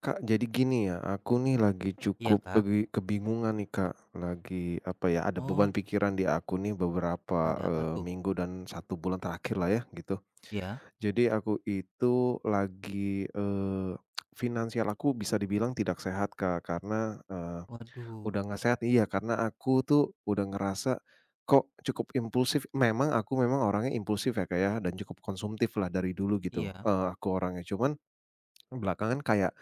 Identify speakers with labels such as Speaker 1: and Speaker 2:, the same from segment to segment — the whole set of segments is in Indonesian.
Speaker 1: Kak, jadi gini ya, aku nih lagi
Speaker 2: Iya,
Speaker 1: cukup
Speaker 2: Kak.
Speaker 1: kebingungan nih, Kak. Lagi, apa ya, ada
Speaker 2: Oh,
Speaker 1: beban pikiran di aku nih beberapa,
Speaker 2: ada apa tuh?
Speaker 1: minggu dan satu bulan terakhir lah ya, gitu.
Speaker 2: Ya.
Speaker 1: Jadi aku itu lagi, finansial aku bisa dibilang tidak sehat, Kak, karena,
Speaker 2: Waduh.
Speaker 1: udah nggak sehat iya, karena aku tuh udah ngerasa kok cukup impulsif. Memang aku memang orangnya impulsif ya, Kak, ya, dan cukup konsumtif lah dari dulu gitu,
Speaker 2: Iya.
Speaker 1: aku orangnya. Cuman belakangan kayak,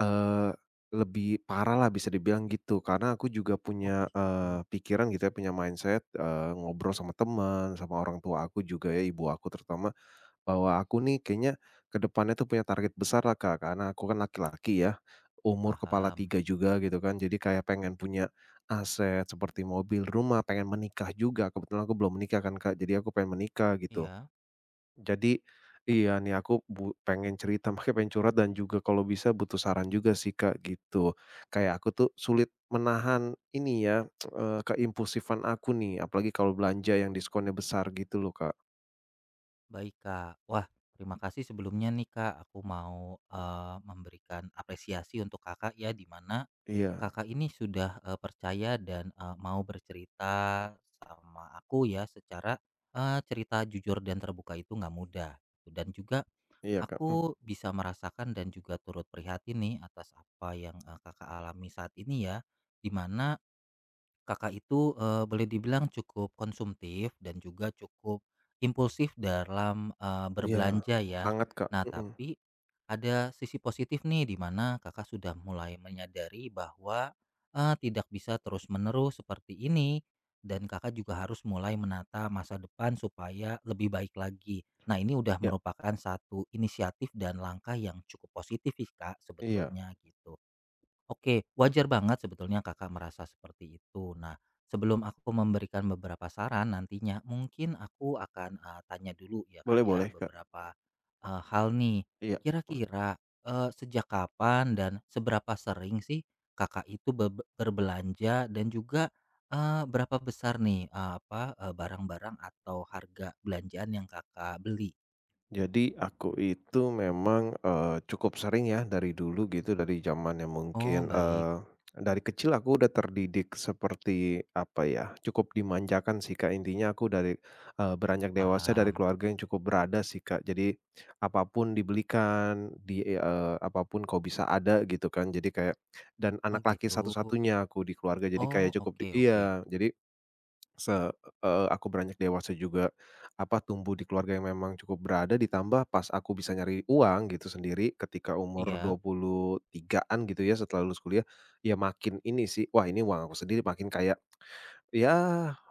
Speaker 1: eee, lebih parah lah bisa dibilang gitu, karena aku juga
Speaker 2: Oh,
Speaker 1: punya,
Speaker 2: gitu.
Speaker 1: pikiran gitu ya, punya mindset, ngobrol sama teman, sama orang tua aku juga ya, ibu aku terutama, bahwa aku nih kayaknya ke depannya tuh punya target besar lah, Kak, karena aku kan laki-laki ya, umur kepala
Speaker 2: Paham.
Speaker 1: 3 juga gitu kan, jadi kayak pengen punya aset seperti mobil, rumah, pengen menikah juga, kebetulan aku belum menikah kan, Kak, jadi aku pengen menikah gitu.
Speaker 2: Iya.
Speaker 1: Jadi iya nih aku pengen cerita, makanya pengen curhat dan juga kalau bisa butuh saran juga sih, Kak, gitu. Kayak aku tuh sulit menahan ini ya, keimpulsifan aku nih, apalagi kalau belanja yang diskonnya besar gitu loh, Kak.
Speaker 2: Baik, Kak. Wah, terima kasih sebelumnya nih, Kak. Aku mau memberikan apresiasi untuk Kakak ya di mana
Speaker 1: Iya
Speaker 2: Kakak ini sudah percaya dan mau bercerita sama aku ya secara cerita jujur dan terbuka itu nggak mudah. Dan juga
Speaker 1: iya, Kak, mmm,
Speaker 2: aku bisa merasakan dan juga turut prihatin nih atas apa yang kakak alami saat ini ya, dimana Kakak itu, boleh dibilang cukup konsumtif dan juga cukup impulsif dalam,
Speaker 1: iya,
Speaker 2: berbelanja ya.
Speaker 1: sangat, Kak,
Speaker 2: Nah,
Speaker 1: mhm,
Speaker 2: tapi ada sisi positif nih di mana Kakak sudah mulai menyadari bahwa, tidak bisa terus-menerus seperti ini dan Kakak juga harus mulai menata masa depan supaya lebih baik lagi. Nah, ini udah
Speaker 1: iya
Speaker 2: merupakan satu inisiatif dan langkah yang cukup positif sih, Kak,
Speaker 1: iya,
Speaker 2: sebetulnya gitu. Oke, wajar banget sebetulnya Kakak merasa seperti itu. Nah, sebelum aku memberikan beberapa saran nantinya, mungkin aku akan tanya dulu ya Kak
Speaker 1: boleh boleh,
Speaker 2: ya
Speaker 1: Kak,
Speaker 2: beberapa hal nih.
Speaker 1: iya.
Speaker 2: Kira-kira sejak kapan dan seberapa sering sih Kakak itu berbelanja dan juga berapa besar nih apa barang-barang atau harga belanjaan yang Kakak beli?
Speaker 1: Jadi aku itu memang, cukup sering ya dari dulu gitu, dari zamannya
Speaker 2: Oh,
Speaker 1: mungkin,
Speaker 2: baik,
Speaker 1: dari kecil aku udah terdidik seperti apa ya, cukup dimanjakan sih, Kak, intinya aku dari, beranjak dewasa dari
Speaker 2: paham.
Speaker 1: keluarga yang cukup berada sih, Kak. Jadi apapun dibelikan, apa pun bisa ada gitu kan. Jadi kayak dan
Speaker 2: Oh
Speaker 1: anak laki
Speaker 2: gitu.
Speaker 1: satu-satunya aku di keluarga, jadi kayak
Speaker 2: Oh,
Speaker 1: cukup di
Speaker 2: oke oke.
Speaker 1: iya, jadi Se aku beranjak dewasa juga, apa, tumbuh di keluarga yang memang cukup berada ditambah pas aku bisa nyari uang gitu sendiri ketika umur
Speaker 2: Iya,
Speaker 1: dua puluh tigaan gitu ya setelah lulus kuliah, ya makin ini sih, wah ini uang aku sendiri makin kayak, ya,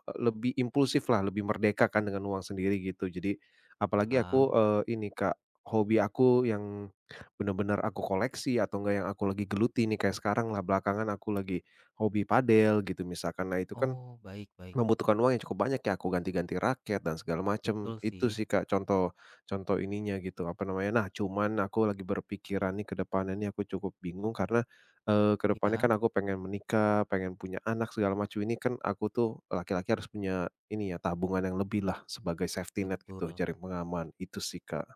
Speaker 1: lebih impulsif lah, lebih merdeka kan dengan uang sendiri gitu. Jadi apalagi aku,
Speaker 2: paham.
Speaker 1: ini, Kak, hobi aku yang benar-benar aku koleksi atau enggak yang aku lagi geluti nih kayak sekarang lah belakangan aku lagi hobi padel gitu misalkan. Nah itu kan
Speaker 2: Oh, baik baik.
Speaker 1: membutuhkan uang yang cukup banyak ya, aku ganti-ganti raket dan segala macem.
Speaker 2: Betul
Speaker 1: Itu
Speaker 2: sih.
Speaker 1: sih, Kak, contoh contoh ininya gitu, apa namanya, nah cuman aku lagi berpikiran nih ke depannya nih aku cukup bingung karena, ke depannya
Speaker 2: Ya
Speaker 1: kan aku pengen menikah, pengen punya anak segala macam ini kan aku tuh laki-laki harus punya ini ya, tabungan yang lebih lah sebagai safety net gitu,
Speaker 2: betul.
Speaker 1: jaring pengaman, itu sih, Kak.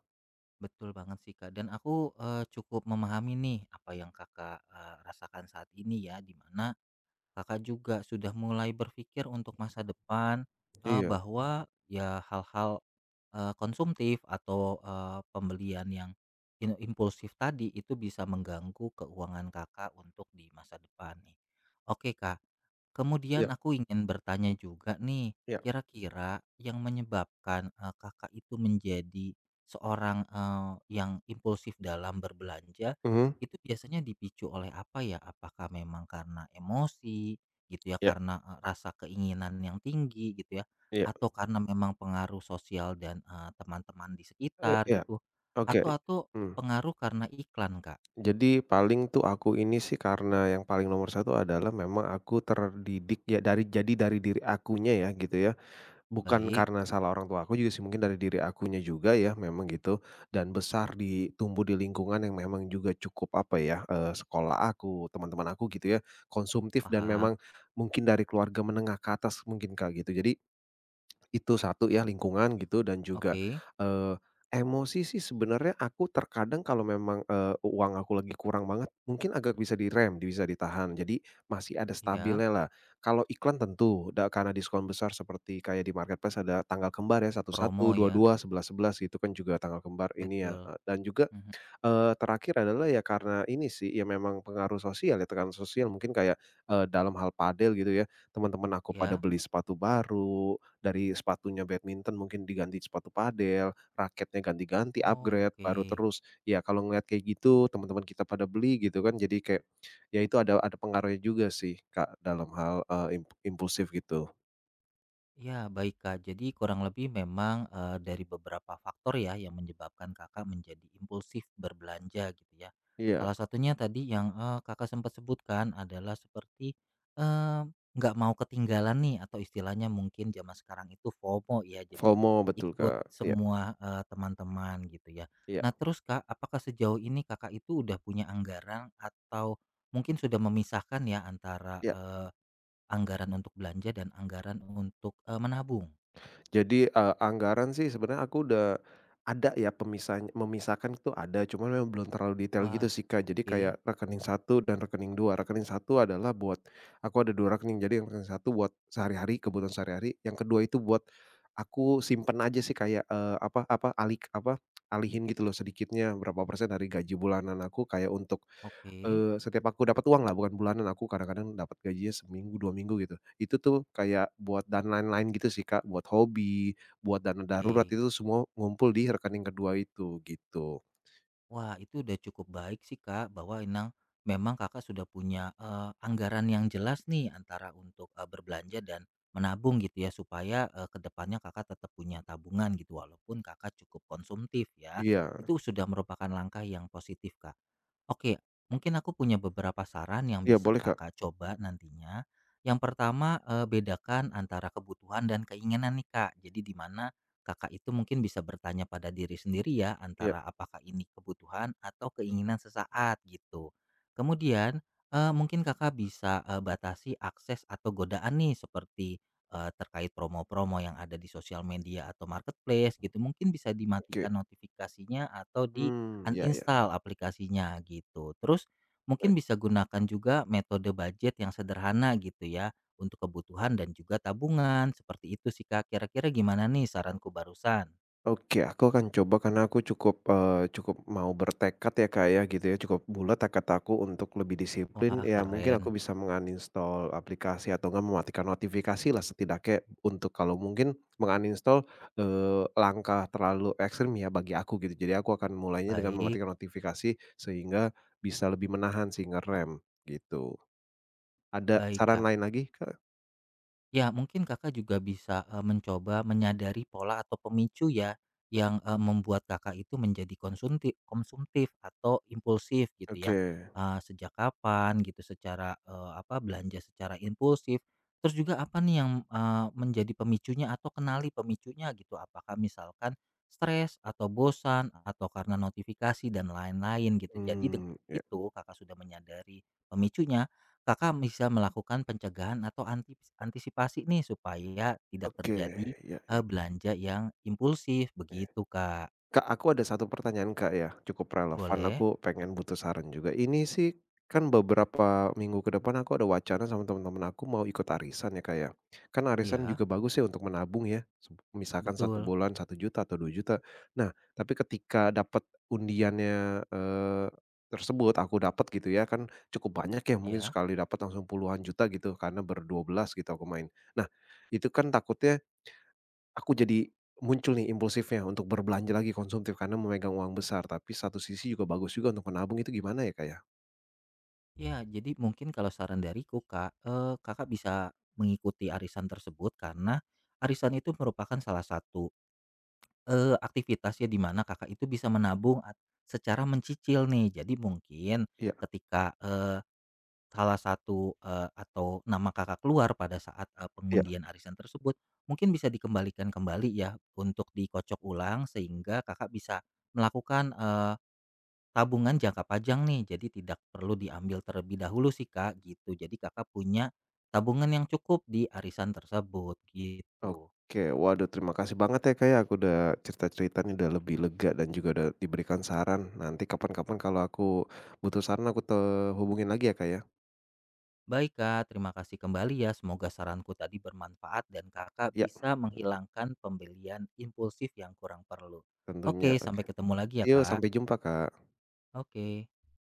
Speaker 2: Betul banget sih, Kak. Dan aku, cukup memahami nih apa yang Kakak, rasakan saat ini ya, di mana Kakak juga sudah mulai berpikir untuk masa depan,
Speaker 1: Iya,
Speaker 2: bahwa ya hal-hal, konsumtif atau, pembelian yang impulsif tadi itu bisa mengganggu keuangan Kakak untuk di masa depan nih. Oke, Kak. Kemudian
Speaker 1: iya
Speaker 2: aku ingin bertanya juga nih,
Speaker 1: iya.
Speaker 2: kira-kira yang menyebabkan, Kakak itu menjadi seorang, yang impulsif dalam berbelanja,
Speaker 1: Mhm,
Speaker 2: itu biasanya dipicu oleh apa ya? Apakah memang karena emosi gitu ya,
Speaker 1: iya
Speaker 2: karena, rasa keinginan yang tinggi gitu ya,
Speaker 1: iya,
Speaker 2: atau karena memang pengaruh sosial dan, teman-teman di
Speaker 1: e
Speaker 2: sekitar
Speaker 1: iya,
Speaker 2: gitu,
Speaker 1: oke,
Speaker 2: atau
Speaker 1: mmm.
Speaker 2: pengaruh karena iklan, Kak?
Speaker 1: Jadi paling tuh aku ini sih karena yang paling nomor satu adalah memang aku terdidik ya dari jadi dari diri akunya ya gitu ya. Bukan
Speaker 2: Baik,
Speaker 1: karena salah orang tua aku juga sih mungkin dari diri akunya juga ya memang gitu dan besar di tumbuh di lingkungan yang memang juga cukup apa ya, sekolah aku, teman-teman aku gitu ya, konsumtif dan
Speaker 2: paham,
Speaker 1: memang mungkin dari keluarga menengah ke atas mungkin, Kak, gitu. Jadi itu satu ya lingkungan gitu dan juga,
Speaker 2: oke,
Speaker 1: eee, emosi sih sebenarnya aku terkadang kalau memang, uang aku lagi kurang banget mungkin agak bisa direm, bisa ditahan jadi masih ada
Speaker 2: ya
Speaker 1: stabilnya lah. Kalau iklan tentu karena diskon besar seperti kayak di marketplace ada tanggal kembar ya satu satu
Speaker 2: promo
Speaker 1: dua
Speaker 2: ya?
Speaker 1: dua sebelas sebelas gitu kan juga tanggal kembar ini ya,
Speaker 2: Betul.
Speaker 1: dan juga
Speaker 2: Mhm,
Speaker 1: Terakhir adalah ya karena ini sih, ya memang pengaruh sosial ya, tekanan sosial mungkin kayak, dalam hal padel gitu ya, teman-teman aku pada
Speaker 2: ya.
Speaker 1: beli sepatu baru, dari sepatunya badminton mungkin diganti sepatu padel, raketnya ganti-ganti,
Speaker 2: Oh,
Speaker 1: upgrade,
Speaker 2: oke.
Speaker 1: baru terus. Ya kalau ngelihat kayak gitu, teman-teman kita pada beli gitu kan, jadi kayak ya itu ada pengaruhnya juga sih, Kak, dalam hal, eee, imp impulsif gitu.
Speaker 2: Ya, baik, Kak. Jadi kurang lebih memang, dari beberapa faktor ya yang menyebabkan Kakak menjadi impulsif berbelanja gitu ya.
Speaker 1: Iya,
Speaker 2: Salah satunya tadi yang, Kakak sempat sebutkan adalah seperti, eee, nggak mau ketinggalan nih atau istilahnya mungkin zaman sekarang itu FOMO ya, jadi
Speaker 1: FOMO betul,
Speaker 2: ikut
Speaker 1: Kak. Iya
Speaker 2: semua, teman-teman gitu ya.
Speaker 1: iya
Speaker 2: Nah terus, Kak, apakah sejauh ini Kakak itu udah punya anggaran atau mungkin sudah memisahkan ya antara,
Speaker 1: iya.
Speaker 2: anggaran untuk belanja dan anggaran untuk, menabung.
Speaker 1: Jadi, anggaran sih sebenarnya aku udah ada ya pemisahnya memisahkan itu ada, cuman memang belum terlalu detail gitu
Speaker 2: Wah,
Speaker 1: sih, Kak. Jadi
Speaker 2: oke
Speaker 1: kayak rekening satu dan rekening dua. Rekening satu adalah buat aku ada 2 rekening, jadi yang rekening satu buat sehari-hari, kebutuhan sehari-hari, yang kedua itu buat aku simpen aja sih kayak, apa apa, apa, alihin gitu loh sedikitnya berapa persen dari gaji bulanan aku kayak untuk
Speaker 2: oke
Speaker 1: Setiap aku dapat uang lah bukan bulanan, aku kadang-kadang dapat gajinya seminggu, 2 minggu gitu. Itu tuh kayak buat dan lain-lain gitu sih, Kak, buat hobi, buat dana darurat,
Speaker 2: oke.
Speaker 1: itu semua ngumpul di rekening kedua itu, gitu.
Speaker 2: Wah, itu udah cukup baik sih, Kak, bahwa inang memang Kakak sudah punya, anggaran yang jelas nih antara untuk, berbelanja dan menabung gitu ya, supaya, eee, ke Kakak tetap punya tabungan gitu, walaupun Kakak cukup konsumtif ya.
Speaker 1: Iya.
Speaker 2: Itu sudah merupakan langkah yang positif, Kak. Oke, mungkin aku punya beberapa saran yang
Speaker 1: Iya
Speaker 2: bisa
Speaker 1: boleh, Kak.
Speaker 2: Kakak coba nantinya. Yang pertama, bedakan antara kebutuhan dan keinginan nih, Kak. Jadi di mana Kakak itu mungkin bisa bertanya pada diri sendiri ya,
Speaker 1: Iya,
Speaker 2: antara apakah ini kebutuhan atau keinginan sesaat gitu. Kemudian, mungkin Kakak bisa batasi akses atau godaan nih seperti terkait promo-promo yang ada di sosial media atau marketplace gitu. Mungkin bisa
Speaker 1: oke.
Speaker 2: dimatikan notifikasinya atau di
Speaker 1: Mmm, iya iya.
Speaker 2: uninstall aplikasinya gitu. Terus mungkin
Speaker 1: Baik.
Speaker 2: bisa gunakan juga metode budget yang sederhana gitu ya untuk kebutuhan dan juga tabungan. Seperti itu sih Kak, kira-kira gimana nih saranku barusan?
Speaker 1: Oke, aku akan coba karena aku cukup, cukup mau bertekad ya, Kak, ya, gitu ya, cukup bulat tekad aku untuk lebih disiplin,
Speaker 2: Wah
Speaker 1: ya mungkin
Speaker 2: keren,
Speaker 1: aku bisa menguninstall aplikasi atau enggak mematikan notifikasi lah setidaknya untuk kalau mungkin menguninstall, langkah terlalu ekstrim ya bagi aku gitu. Jadi aku akan mulainya dengan
Speaker 2: baik,
Speaker 1: mematikan notifikasi sehingga bisa lebih menahan sih, ngerem gitu. Ada
Speaker 2: baik
Speaker 1: saran
Speaker 2: Kak.
Speaker 1: lain lagi, Kak?
Speaker 2: Ya, mungkin Kakak juga bisa, mencoba menyadari pola atau pemicu ya, yang, membuat Kakak itu menjadi konsumtif atau impulsif gitu ya.
Speaker 1: Oke,
Speaker 2: Sejak kapan gitu secara, apa, belanja secara impulsif, terus juga apa nih yang, menjadi pemicunya atau kenali pemicunya gitu. Apakah misalkan stres atau bosan atau karena notifikasi dan lain-lain gitu. Jadi dengan
Speaker 1: hmm, ya,
Speaker 2: itu Kakak sudah menyadari pemicunya, Kakak bisa melakukan pencegahan atau antisipasi nih supaya tidak
Speaker 1: oke,
Speaker 2: terjadi,
Speaker 1: ya ya
Speaker 2: belanja yang impulsif
Speaker 1: ya.
Speaker 2: begitu, Kak.
Speaker 1: Kak, aku ada satu pertanyaan, Kak, ya, cukup relevan,
Speaker 2: Boleh,
Speaker 1: aku pengen butuh saran juga. Ini sih kan beberapa minggu ke depan aku ada wacana sama teman-teman aku mau ikut arisan ya, Kak, ya. Kan arisan
Speaker 2: iya,
Speaker 1: juga bagus ya untuk menabung ya, misalkan satu
Speaker 2: betul,
Speaker 1: bulan 1.000.000 atau 2.000.000. Nah, tapi ketika dapat undiannya, tersebut aku dapat gitu ya, kan cukup banyak ya, mungkin
Speaker 2: ya,
Speaker 1: sekali dapat langsung puluhan juta gitu, karena berdua belas gitu aku main. Nah, itu kan takutnya aku jadi muncul nih impulsifnya untuk berbelanja lagi konsumtif karena memegang uang besar, tapi satu sisi juga bagus juga untuk menabung itu gimana ya, Kak, ya?
Speaker 2: ya. Jadi mungkin kalau saran dariku, Kak, Kakak bisa mengikuti arisan tersebut karena arisan itu merupakan salah satu, aktivitas ya di mana Kakak itu bisa menabung secara mencicil nih. Jadi mungkin
Speaker 1: Iya
Speaker 2: ketika, salah satu, atau nama Kakak keluar pada saat,
Speaker 1: iya.
Speaker 2: pengundian arisan tersebut, mungkin bisa dikembalikan kembali ya untuk dikocok ulang sehingga Kakak bisa melakukan, tabungan jangka panjang nih. Jadi tidak perlu diambil terlebih dahulu sih, Kak, gitu. Jadi Kakak punya tabungan yang cukup di arisan tersebut, gitu.
Speaker 1: Oke, waduh terima kasih banget ya, Kak, ya, aku udah cerita-cerita nih udah lebih lega dan juga udah diberikan saran. Nanti kapan-kapan kalau aku butuh saran aku hubungin lagi ya, Kak, ya?
Speaker 2: Baik, Kak, terima kasih kembali ya. Semoga saranku tadi bermanfaat dan Kakak
Speaker 1: Ya.
Speaker 2: bisa menghilangkan pembelian impulsif yang kurang perlu.
Speaker 1: Tentunya,
Speaker 2: Oke,
Speaker 1: oke.
Speaker 2: sampai ketemu lagi ya,
Speaker 1: Yuk
Speaker 2: Kak.
Speaker 1: sampai jumpa, Kak.
Speaker 2: Oke.